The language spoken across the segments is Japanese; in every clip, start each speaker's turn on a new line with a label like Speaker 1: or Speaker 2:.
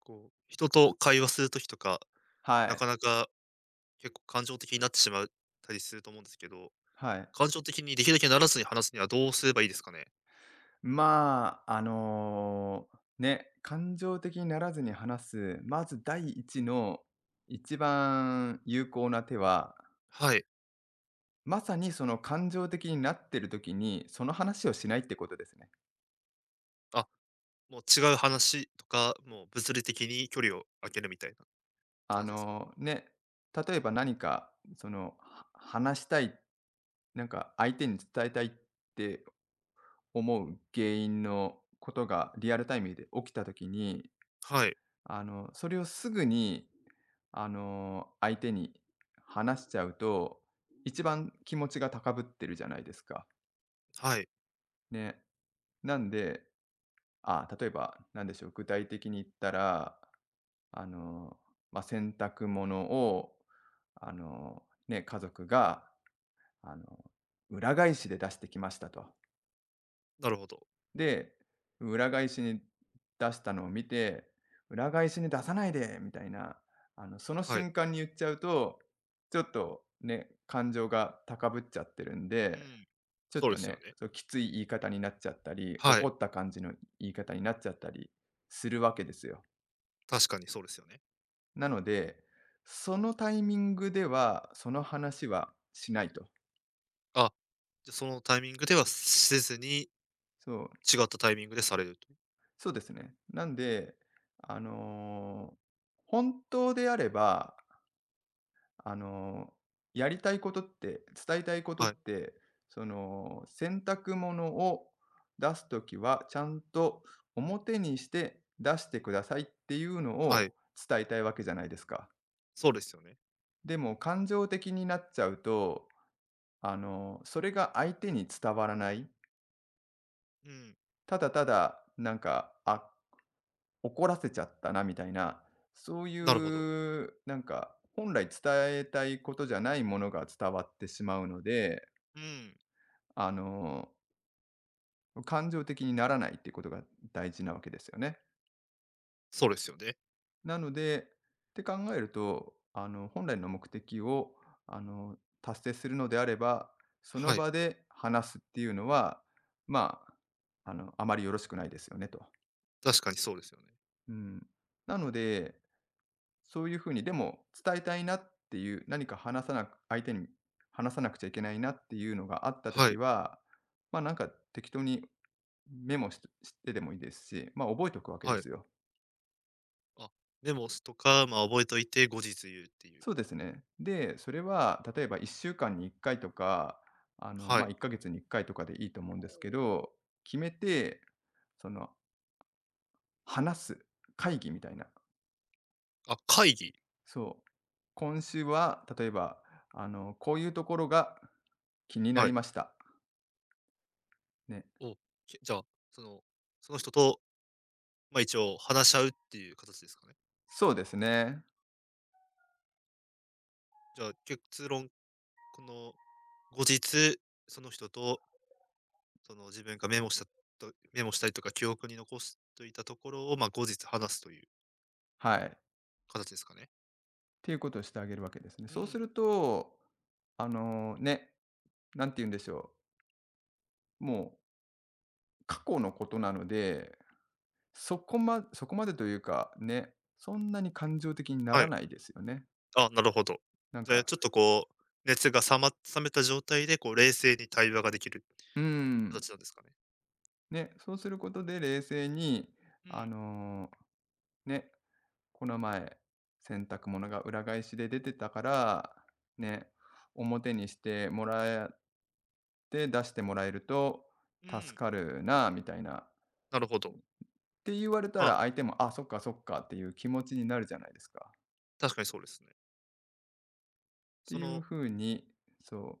Speaker 1: こう、人と会話するときとか、
Speaker 2: は
Speaker 1: なか
Speaker 2: い、
Speaker 1: なか結構感情的になってしまったりすると思うんですけど、
Speaker 2: はい。
Speaker 1: 感情的にできるだけならずに話すにはどうすればいいですかね？
Speaker 2: まあ、ね、感情的にならずに話す、まず第一の一番有効な手は、
Speaker 1: はい。
Speaker 2: まさにその感情的になってる時に、その話をしないってことですね。
Speaker 1: あ、もう違う話とか、もう物理的に距離を空けるみたいな形ですかね？
Speaker 2: ね、例えば何かその、話したい、なんか相手に伝えたいって思う原因のことがリアルタイムで起きた時に
Speaker 1: はい、
Speaker 2: それをすぐに、相手に話しちゃうと、一番気持ちが高ぶってるじゃないですか。
Speaker 1: はい、
Speaker 2: ね。なんで、あ、例えば、なんでしょう、具体的に言ったら、あの、まあ、洗濯物を、ね、家族が、あの、裏返しで出してきましたと。
Speaker 1: なるほど。
Speaker 2: で、裏返しに出したのを見て、裏返しに出さないでみたいな、その
Speaker 1: はい。
Speaker 2: 瞬間に言っちゃうと、ちょっとね、感情が高ぶっちゃってるん
Speaker 1: う
Speaker 2: で、
Speaker 1: ん、
Speaker 2: ちょっ
Speaker 1: そうで
Speaker 2: と
Speaker 1: すよ
Speaker 2: ね、
Speaker 1: ね。
Speaker 2: そうきつい言い方になっちゃったり、
Speaker 1: は
Speaker 2: 怒
Speaker 1: い、
Speaker 2: った感じの言い方になっちゃったりするわけですよ。
Speaker 1: 確かにそうですよね。
Speaker 2: なので、そのタイミングでは、その話はしないと。
Speaker 1: あ、じゃ、そのタイミングではせずに、
Speaker 2: そう、
Speaker 1: 違ったタイミングでされると。
Speaker 2: そうですね。なんで、あの、本当であれば、あの、やりたいことって、伝えたいこと
Speaker 1: は
Speaker 2: っ
Speaker 1: い、
Speaker 2: て、その、洗濯物を出すときは、ちゃんと表にして出してくださいっていうの
Speaker 1: はい、
Speaker 2: を伝えたいわけじゃないですか。
Speaker 1: そうですよね。
Speaker 2: でも感情的になっちゃうと、それが相手に伝わらない、
Speaker 1: うん、
Speaker 2: ただただ、なんか、あ、怒らせちゃったなみたいな、そうい
Speaker 1: なるほど。
Speaker 2: う、なんか、本来伝えたいことじゃないものが伝わってしまうので
Speaker 1: うん、
Speaker 2: あの、感情的にならないっていうことが大事なわけですよね。
Speaker 1: そうですよね。
Speaker 2: なので、って考えると、本来の目的を、あの、達成するのであれば、その
Speaker 1: はい、
Speaker 2: 場で話すっていうのは、まあ、あまりよろしくないですよねと。
Speaker 1: 確かにそうですよね。
Speaker 2: うん。なので、そういう風に、でも伝えたいなっていう、何か話さなく相手に話さなくちゃいけないなっていうのがあったと
Speaker 1: は
Speaker 2: き
Speaker 1: い、
Speaker 2: は、ま、なんか適当にメモしてでもいいですし、ま、覚えておくわけで
Speaker 1: はい。
Speaker 2: すよ。
Speaker 1: あ、メモすとか、まあ、覚えといて後日言うっていう。
Speaker 2: そうですね。で、それは例えば1週間に1回とか、
Speaker 1: は
Speaker 2: ま、
Speaker 1: い。
Speaker 2: 1ヶ月に1回とかでいいと思うんですけど、決めて、その、話す会議みたいな。
Speaker 1: あ、会議、
Speaker 2: そう。今週は例えば、こういうところが気にな
Speaker 1: は
Speaker 2: り
Speaker 1: い、
Speaker 2: ました。ね。
Speaker 1: を、けじゃあ、その、その人と、まあ、一応話し合うっていう形ですかね。
Speaker 2: そうですね。
Speaker 1: じゃあ、結論、この後日、その人と、その自分がメモしたりとか記憶に残しといたところを、まあ、後日話すという
Speaker 2: はい。っ
Speaker 1: 形ですかね。
Speaker 2: ていうことをしてあげるわけですね。
Speaker 1: う
Speaker 2: そうす
Speaker 1: ん、
Speaker 2: ると、ね、なんて言うんでしょう。もう過去のことなので、そこまでというか、ね、そんなに感情的にな
Speaker 1: は
Speaker 2: ら
Speaker 1: い。
Speaker 2: ないですよね。
Speaker 1: あ、なるほど。
Speaker 2: なん
Speaker 1: じゃ
Speaker 2: か、
Speaker 1: あ、ちょっとこう、熱が冷めた状態で、こう、冷静に対話ができる
Speaker 2: うーん。
Speaker 1: 形なんですかね？
Speaker 2: ね、そうすることで冷静に、
Speaker 1: う
Speaker 2: あ
Speaker 1: ん、
Speaker 2: の、ね、この前、洗濯物が裏返しで出てたから、ね、表にしてもらて出してもらえると
Speaker 1: う
Speaker 2: 助
Speaker 1: ん、
Speaker 2: かるなみたいな。
Speaker 1: なるほど。
Speaker 2: って言われた
Speaker 1: まあ、
Speaker 2: ら相手も、あ、そっかそっかっていう気持ちになるじゃないですか。っ
Speaker 1: 確かにそうですね。
Speaker 2: て
Speaker 1: そ
Speaker 2: いう
Speaker 1: の
Speaker 2: 風に、そう、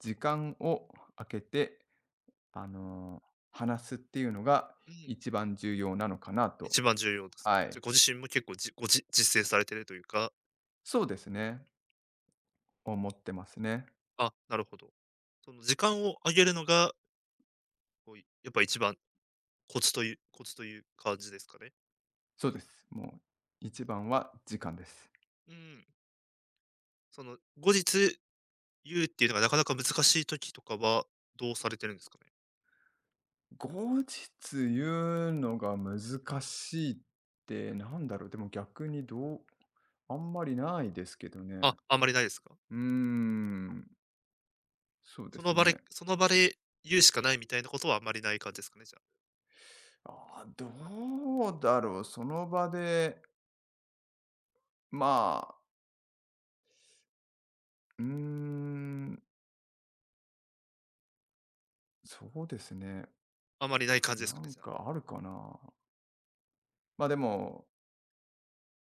Speaker 2: 時間を空けて、あの、話すっていうのが
Speaker 1: うん、
Speaker 2: 一番重要なのかなと、
Speaker 1: 一番重要ですか。
Speaker 2: は
Speaker 1: じ
Speaker 2: い。
Speaker 1: ゃ、ご自身も結構、じごじ実践されてるというか、
Speaker 2: そうですね、思ってますね。
Speaker 1: あ、なるほど。その時間を上げるのが、こう、やっぱ一番コツという感じですかね？
Speaker 2: そうです。もう一番は時間です。
Speaker 1: うん。その、後日言うっていうのがなかなか難しい時とかは、どうされてるんですかね？
Speaker 2: 後日言うのが難しいってなんだろう、でも逆にどうあんまりないですけどね。
Speaker 1: あ、あんまりないですか？
Speaker 2: うーん、そうで
Speaker 1: そ
Speaker 2: す
Speaker 1: の場
Speaker 2: ね。
Speaker 1: でその場で言うしかないみたいなことはあまりない感じですかね、じゃあ。
Speaker 2: あーどうだろう。その場で、まあ、うーん、そうですね。
Speaker 1: あまりない感じで
Speaker 2: な
Speaker 1: すかね、
Speaker 2: ん
Speaker 1: じゃあ。
Speaker 2: かあるかな。まあでも、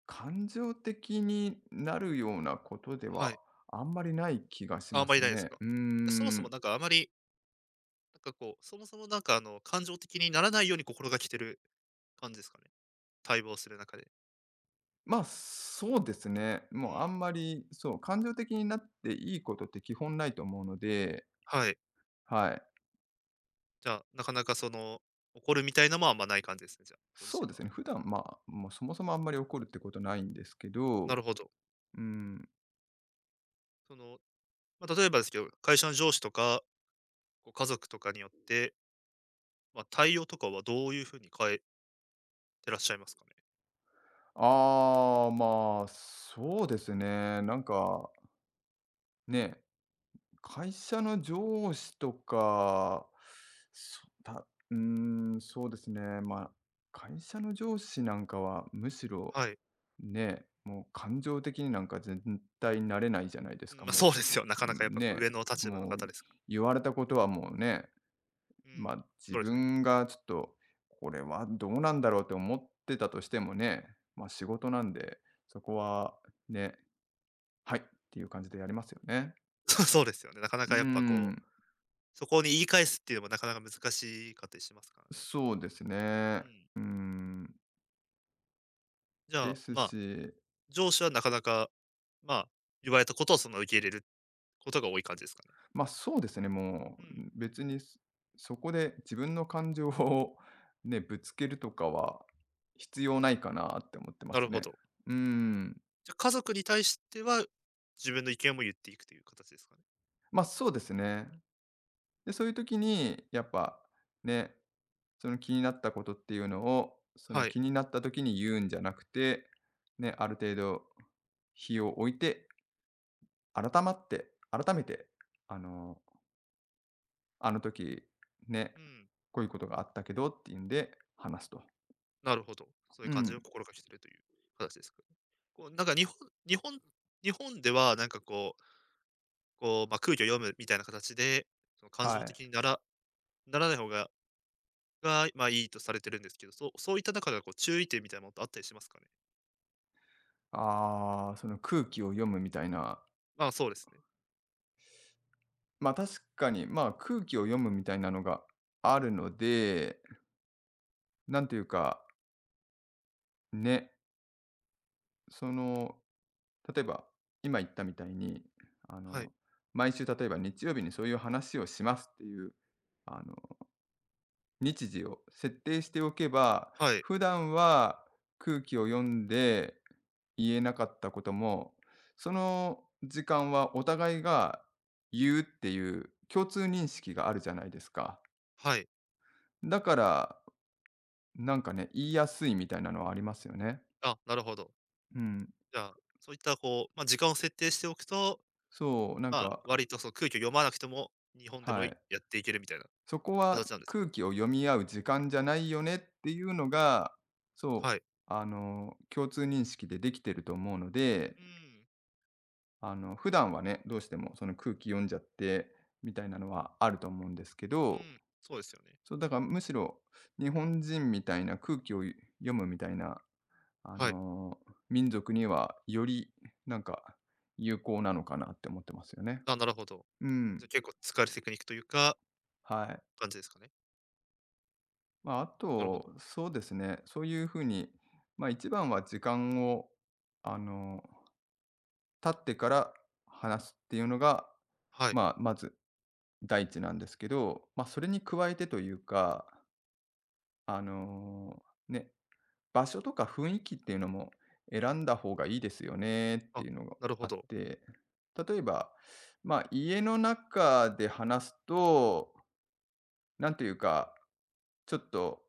Speaker 2: 感情的になるようなことでは
Speaker 1: はい。
Speaker 2: あんまりない気がし
Speaker 1: あ、あ
Speaker 2: ま
Speaker 1: まり
Speaker 2: す
Speaker 1: ないです
Speaker 2: ね。
Speaker 1: か。
Speaker 2: う
Speaker 1: そも
Speaker 2: ー
Speaker 1: そも
Speaker 2: ん。
Speaker 1: なんかあまり、なんかこう、そもそもなんか感情的にならないように心がけてる感じですかね。対望する中で。
Speaker 2: まあそうですね。
Speaker 1: う
Speaker 2: もうあん
Speaker 1: ん。
Speaker 2: まり、そう、感情的になっていいことって基本ないと思うので、
Speaker 1: はい。
Speaker 2: はい。
Speaker 1: じゃあ、なかなかその、怒るみたいなのもあんまない感じですね、じゃあ、ご
Speaker 2: そ
Speaker 1: 自
Speaker 2: う
Speaker 1: 身
Speaker 2: で
Speaker 1: は。
Speaker 2: すね。普段、まあ、もうそもそもあんまり怒るってことないんですけ
Speaker 1: な
Speaker 2: ど、
Speaker 1: るほど。
Speaker 2: うん。
Speaker 1: その、まあ、例えばですけど、会社の上司とか、こう、家族とかによって、まあ、対応とかはどういうふうに変えてらっしゃいますかね？
Speaker 2: ああ、まあ、そうですね。なんか、ね、会社の上司とか、うん、そうですね。まあ、会社の上司なんかは、むしろ、
Speaker 1: はい。
Speaker 2: ね、もう感情的になんか絶対なれないじゃないで
Speaker 1: う
Speaker 2: す
Speaker 1: ん、
Speaker 2: か、
Speaker 1: まあ、そう
Speaker 2: も
Speaker 1: ですよ。な
Speaker 2: う。
Speaker 1: かなかやっ
Speaker 2: うん、
Speaker 1: ぱこう
Speaker 2: ね、
Speaker 1: 上の立場の
Speaker 2: もう
Speaker 1: 方ですから。
Speaker 2: 言われたことはもうね、
Speaker 1: う
Speaker 2: ま
Speaker 1: ん。
Speaker 2: あ、自
Speaker 1: そうですよね。
Speaker 2: 分がちょっと、これはどうなんだろうって思ってたとしてもね、まあ、仕事なんで、そこはね、はいっていう感じでやりますよね。
Speaker 1: そうですよね。なかな
Speaker 2: うー
Speaker 1: かやっぱこ
Speaker 2: ん、
Speaker 1: う、そこに言い返すっていうのもなかなか難しかったりしますからね。
Speaker 2: そうです
Speaker 1: う
Speaker 2: ね。
Speaker 1: ん。
Speaker 2: うーん、
Speaker 1: じゃ
Speaker 2: で
Speaker 1: あ、
Speaker 2: す
Speaker 1: まあ、
Speaker 2: し、
Speaker 1: 上司はなかなか、まあ、言われたことをその受け入れることが多い感じですかね。
Speaker 2: まあ、そうですね、も
Speaker 1: う
Speaker 2: う
Speaker 1: ん、
Speaker 2: 別にそこで自分の感情を ね、ぶつけるとかは必要ないかなって思ってま
Speaker 1: な
Speaker 2: す
Speaker 1: るほ
Speaker 2: ね。
Speaker 1: ど。
Speaker 2: うーん、
Speaker 1: じゃあ、家族に対しては、自分の意見も言っていくという形ですかね。
Speaker 2: まあ、そうですね。で、そういう時に、やっぱ、ね、その気になったことっていうのを、その
Speaker 1: はい。
Speaker 2: 気になった時に言うんじゃなくて、ね、ある程度日を置いて、改めて、あの、あの時、ね、
Speaker 1: うん、
Speaker 2: こういうことがあったけどっていうんで、話すと。
Speaker 1: なるほど。そうい
Speaker 2: う
Speaker 1: う感じを
Speaker 2: ん、
Speaker 1: 心がけてるという形ですかね。こうなんか日本日本ではなんかこう、まあ、空気を読むみたいな形で、その感
Speaker 2: は
Speaker 1: 情
Speaker 2: い。
Speaker 1: 的にならない方が、まあ、いいとされてるんですけど、そういった中ではこう注意点みたいなものってあったりしますかね？
Speaker 2: ああ、その空気を読むみたいな、
Speaker 1: まあ、そうですね。
Speaker 2: ま、あ確かに、まあ、空気を読むみたいなのがあるので、なんていうか、ね、その、例えば、今言ったみたいに、あ
Speaker 1: は
Speaker 2: の、
Speaker 1: い。
Speaker 2: 毎週例えば日曜日にそういう話をしますっていう、あの、日時を設定しておけば、
Speaker 1: はい。
Speaker 2: 普段は空気を読んで言えなかったことも、その時間はお互いが言うっていう共通認識があるじゃないですか。
Speaker 1: はい。
Speaker 2: だから、なんかね、言いやすいみたいなのはありますよね。
Speaker 1: あ、なるほど。
Speaker 2: うん。
Speaker 1: じゃあ、そういったこう、まあ、時間を設定しておくと、
Speaker 2: そう、なん
Speaker 1: まあ、
Speaker 2: か、
Speaker 1: 割とその空気を読まなくても、日本で
Speaker 2: は
Speaker 1: もい
Speaker 2: い。
Speaker 1: やっていけるみたいな
Speaker 2: そこは
Speaker 1: 形なんですか
Speaker 2: 空
Speaker 1: ね？
Speaker 2: 気を読み合う時間じゃないよねっていうのが、そう、
Speaker 1: はい。
Speaker 2: 共通認識でできてると思うので、
Speaker 1: うん、
Speaker 2: 普段はね、どうしてもその空気読んじゃってみたいなのはあると思うんですけ
Speaker 1: う
Speaker 2: ど、
Speaker 1: ん、そうですよね。
Speaker 2: そう、だからむしろ日本人みたいな空気を読むみたいな、あ
Speaker 1: はい。
Speaker 2: の、民族にはよりなんか有効なのかなって思ってますよね。
Speaker 1: あ、なるほど。
Speaker 2: うん、
Speaker 1: じゃ、結構使えるテクニックというか、
Speaker 2: はい。
Speaker 1: 感じですかね？
Speaker 2: まあ、あ
Speaker 1: なるほど。
Speaker 2: と、そうですね、そういう風に、まあ、一番は時間を、あの、経ってから話すっていうのが、
Speaker 1: はい。
Speaker 2: まあ、まず第一なんですけど、まあ、それに加えてというか、あの、ね、場所とか雰囲気っていうのも選んだ方がいいですよねって
Speaker 1: あ、
Speaker 2: いうのが
Speaker 1: なるほ
Speaker 2: あっ
Speaker 1: ど。
Speaker 2: て、例えば、まあ、家の中で話すと、なんというか、ちょっと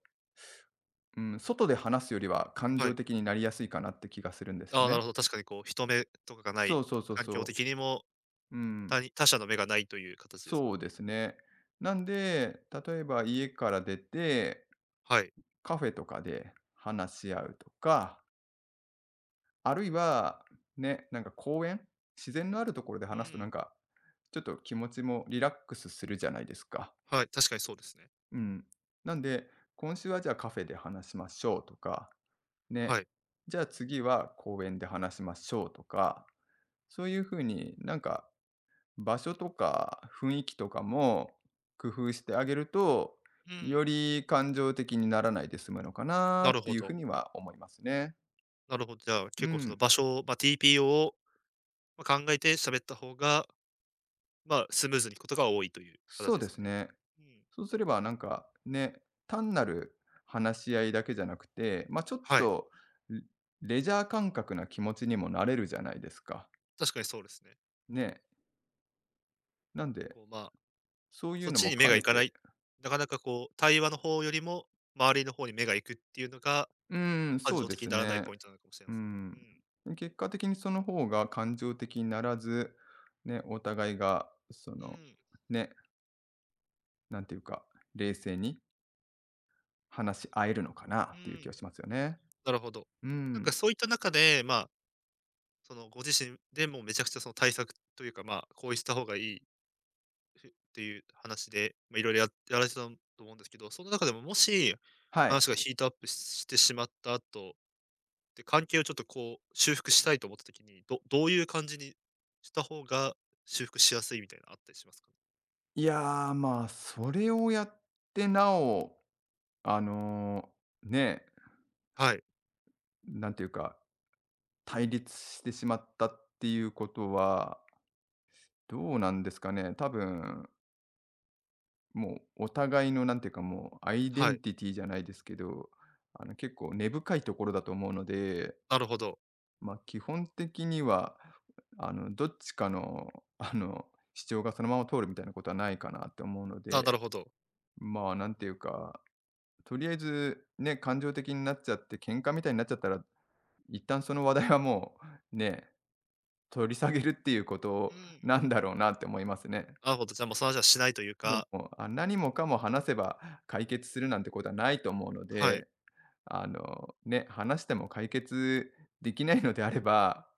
Speaker 2: うん、外で話すよりは感
Speaker 1: は
Speaker 2: 情
Speaker 1: い。
Speaker 2: 的になりやすいかなって気がするんですよ
Speaker 1: ああ、なる
Speaker 2: ね。
Speaker 1: ほど、確かにこう、人目とかがな
Speaker 2: そ
Speaker 1: い、
Speaker 2: うそうそう
Speaker 1: 環境
Speaker 2: そ
Speaker 1: 的にも、
Speaker 2: う。うん、
Speaker 1: 他者の目がないという形ですか
Speaker 2: そ
Speaker 1: ら
Speaker 2: うで
Speaker 1: ね。
Speaker 2: すね。なんで、例えば家から出て、
Speaker 1: はい。
Speaker 2: カフェとかで話し合うとか、あるいは、ね、なんか公園自然のあるところで
Speaker 1: う
Speaker 2: 話すとな
Speaker 1: ん。
Speaker 2: んか、ちょっと気持ちもリラックスするじゃないですか。
Speaker 1: はい、確かにそうですね。
Speaker 2: うん。なんで、今週はじゃあカフェで話しましょうとか、
Speaker 1: は
Speaker 2: ね、
Speaker 1: い。
Speaker 2: じゃあ次は公園で話しましょうとか、そういう風に、なんか、場所とか雰囲気とかも工夫してあげると、
Speaker 1: う
Speaker 2: よ
Speaker 1: ん。
Speaker 2: り感情的にならないで済むのか
Speaker 1: な
Speaker 2: な
Speaker 1: る
Speaker 2: って
Speaker 1: ほ
Speaker 2: いう風
Speaker 1: ど。
Speaker 2: には思いますね。
Speaker 1: なるほど、じゃあ、
Speaker 2: う
Speaker 1: 結構その
Speaker 2: ん、
Speaker 1: 場所を、まあ、TPO を、ま、考えて喋った方が、まあ、スムーズにいくことが多いという
Speaker 2: そ
Speaker 1: 形
Speaker 2: う
Speaker 1: で
Speaker 2: で
Speaker 1: すか
Speaker 2: す
Speaker 1: ね。
Speaker 2: ね。
Speaker 1: うん。
Speaker 2: そうすればなんか、ね、単なる話し合いだけじゃなくて、ま、ちょっ
Speaker 1: はい、
Speaker 2: と、レジャー感覚な気持ちにもなれるじゃないですか。
Speaker 1: 確かにそうですね。
Speaker 2: ね。なんで、
Speaker 1: こう、まあ、
Speaker 2: そういう
Speaker 1: そっ
Speaker 2: の
Speaker 1: ち
Speaker 2: も
Speaker 1: に目
Speaker 2: 兼
Speaker 1: が
Speaker 2: ね
Speaker 1: いかな
Speaker 2: て
Speaker 1: い、なかなかこう、対話の方よりも、周りの方に目が行くっていうのが、
Speaker 2: うーん、
Speaker 1: 感
Speaker 2: そう
Speaker 1: 情
Speaker 2: で
Speaker 1: 的に
Speaker 2: す
Speaker 1: ならない
Speaker 2: ね。
Speaker 1: ポイントなのかもしれ
Speaker 2: う
Speaker 1: ません。う
Speaker 2: ん。
Speaker 1: ん。
Speaker 2: 結果的にその方が感情的にならず、ね、お互いがそ
Speaker 1: う
Speaker 2: の、
Speaker 1: ん、
Speaker 2: ね、なんていうか、冷静に話し合えるのかな
Speaker 1: う
Speaker 2: っていう気
Speaker 1: ん。
Speaker 2: はしますよね。
Speaker 1: なるほど。
Speaker 2: う
Speaker 1: なんか
Speaker 2: ん。
Speaker 1: そういった中で、まあ、そのご自身でもうめちゃくちゃその対策というか、まあ、こうした方がいいっていう話で、まあ、いろいろやられてたと思うんですけど、その中でももし、
Speaker 2: はい。
Speaker 1: 話がヒートアップしてしまった後、で、関係をちょっとこう修復したいと思った時に、どういう感じにした方が修復しやすいみたいなのあったりしますかね？
Speaker 2: いやー、まあ、それをやってなお、あの、ね、
Speaker 1: はい、
Speaker 2: なんていうか、対立してしまったっていうことは、どうなんですかね。多分もうお互いのなんていうか、もうアイデ
Speaker 1: は
Speaker 2: ン
Speaker 1: い。
Speaker 2: ティティじゃないですけど、結構根深いところだと思うので、
Speaker 1: なるほど。
Speaker 2: まあ、基本的には、どっちかの、あの、主張がそのまま通るみたいなことはないかなって思うの
Speaker 1: あ、な
Speaker 2: で、
Speaker 1: るほど。
Speaker 2: まあ、なんていうか、とりあえずね、感情的になっちゃって喧嘩みたいになっちゃったら、一旦その話題はもう、ね、取り下げるっていうこ
Speaker 1: う
Speaker 2: と
Speaker 1: ん。
Speaker 2: なんだろうなって思いますね。
Speaker 1: なるほど、じゃあもうその話はしないという
Speaker 2: そう、
Speaker 1: か、
Speaker 2: もう、あ、何もかも話せば解決するなんてことはないと思うの
Speaker 1: はい。
Speaker 2: で、ね、話しても解決できないのであれば、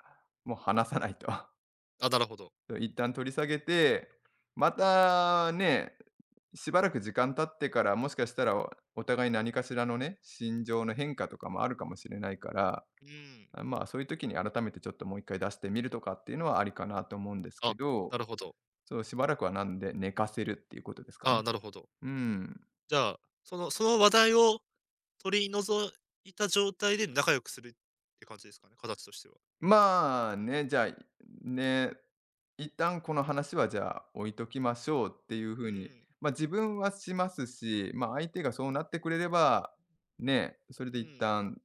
Speaker 2: もう話さないと。
Speaker 1: あ、なるほど。
Speaker 2: そう一旦取り下げて、またね、しばらく時間経ってから、もしかしたらお互い何かしらのね、心情の変化とかもあるかもしれないから、
Speaker 1: うん。
Speaker 2: まあ、そういう時に改めてちょっともう一回出してみるとかっていうのはありかなと思うんですけ
Speaker 1: あ、
Speaker 2: ど、
Speaker 1: なるほど。
Speaker 2: そう、しばらくはなんで寝かせるっていうことですか
Speaker 1: ああ、
Speaker 2: ね。
Speaker 1: なるほど。
Speaker 2: うん。
Speaker 1: じゃあ、その話題を取り除いた状態で仲良くするって感じですかね、形としては。
Speaker 2: まあね、じゃあ、ね、一旦この話はじゃあ置いときましょうっていう
Speaker 1: う
Speaker 2: 風に、
Speaker 1: ん、
Speaker 2: ま、自分はしますし、ま、相手がそうなってくれれば、ね、それで
Speaker 1: う
Speaker 2: 一
Speaker 1: ん。
Speaker 2: 旦、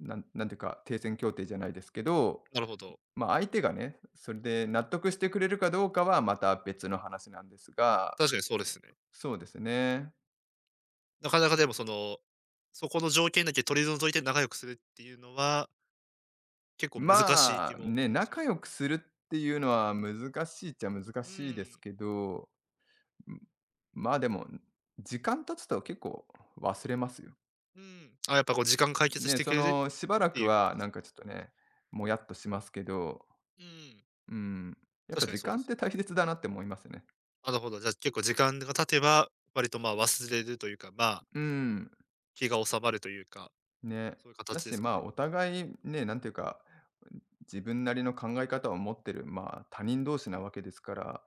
Speaker 2: なんていうか、停戦協定じゃないですけど、
Speaker 1: なるほど。
Speaker 2: ま、相手がね、それで納得してくれるかどうかはまた別の話なんですが、
Speaker 1: 確かにそうですね。
Speaker 2: そうですね。
Speaker 1: なかなかでもその、そこの条件だけ取り除いて仲良くするっていうのは、結構難しい気
Speaker 2: まあ、
Speaker 1: も
Speaker 2: ね、
Speaker 1: しま
Speaker 2: 仲
Speaker 1: す
Speaker 2: 良
Speaker 1: よ。
Speaker 2: くするっていうのは難しいっちゃ難
Speaker 1: う
Speaker 2: しいです
Speaker 1: ん、
Speaker 2: けどん、まあ、でも、時間経つと結構忘れますよ。
Speaker 1: うん。あ、やっぱこう時間解決し
Speaker 2: ね、
Speaker 1: て
Speaker 2: そ
Speaker 1: くれるっ
Speaker 2: の、しばら
Speaker 1: て
Speaker 2: く
Speaker 1: いう、
Speaker 2: はなんかちょっとね、もやっとしますけど、
Speaker 1: うん、
Speaker 2: うん、やっぱ
Speaker 1: 確かに
Speaker 2: 時
Speaker 1: そうで
Speaker 2: 間っ
Speaker 1: すよ。
Speaker 2: て大切だなって思いますね。
Speaker 1: なるほど、じゃあ結構時間が経てば、割とまあ忘れるというか、まあ、
Speaker 2: うん、
Speaker 1: 気が収まるというか、
Speaker 2: ね。
Speaker 1: そういう
Speaker 2: だ
Speaker 1: 形で
Speaker 2: し、
Speaker 1: すか
Speaker 2: まあ、
Speaker 1: ね。
Speaker 2: お互いね、なんていうか、自分なりの考え方を持ってる、まあ、他人同士なわけですから、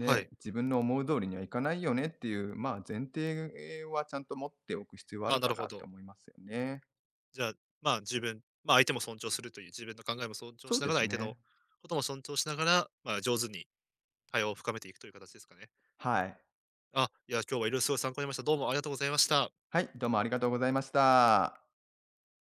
Speaker 1: はい。
Speaker 2: 自分の思う通りにはいかないよねっていう、まあ、前提はちゃんと持っておく必要はあ
Speaker 1: あ
Speaker 2: る
Speaker 1: あ、な
Speaker 2: か
Speaker 1: るほ
Speaker 2: なって
Speaker 1: ど。
Speaker 2: 思いますよね。
Speaker 1: じゃあ、まあ、まあ、相手も尊重するという、自分の考えも尊重
Speaker 2: そ
Speaker 1: し
Speaker 2: う
Speaker 1: な
Speaker 2: で
Speaker 1: がら、
Speaker 2: す
Speaker 1: 相手の
Speaker 2: ね。
Speaker 1: ことも尊重しながら、まあ、上手に対応を深めていくという形ですかね。
Speaker 2: はい。
Speaker 1: あ、いや、今日はいろいろすごい参考になりました。どうもありがとうございました。
Speaker 2: はい、どうもありがとうございました。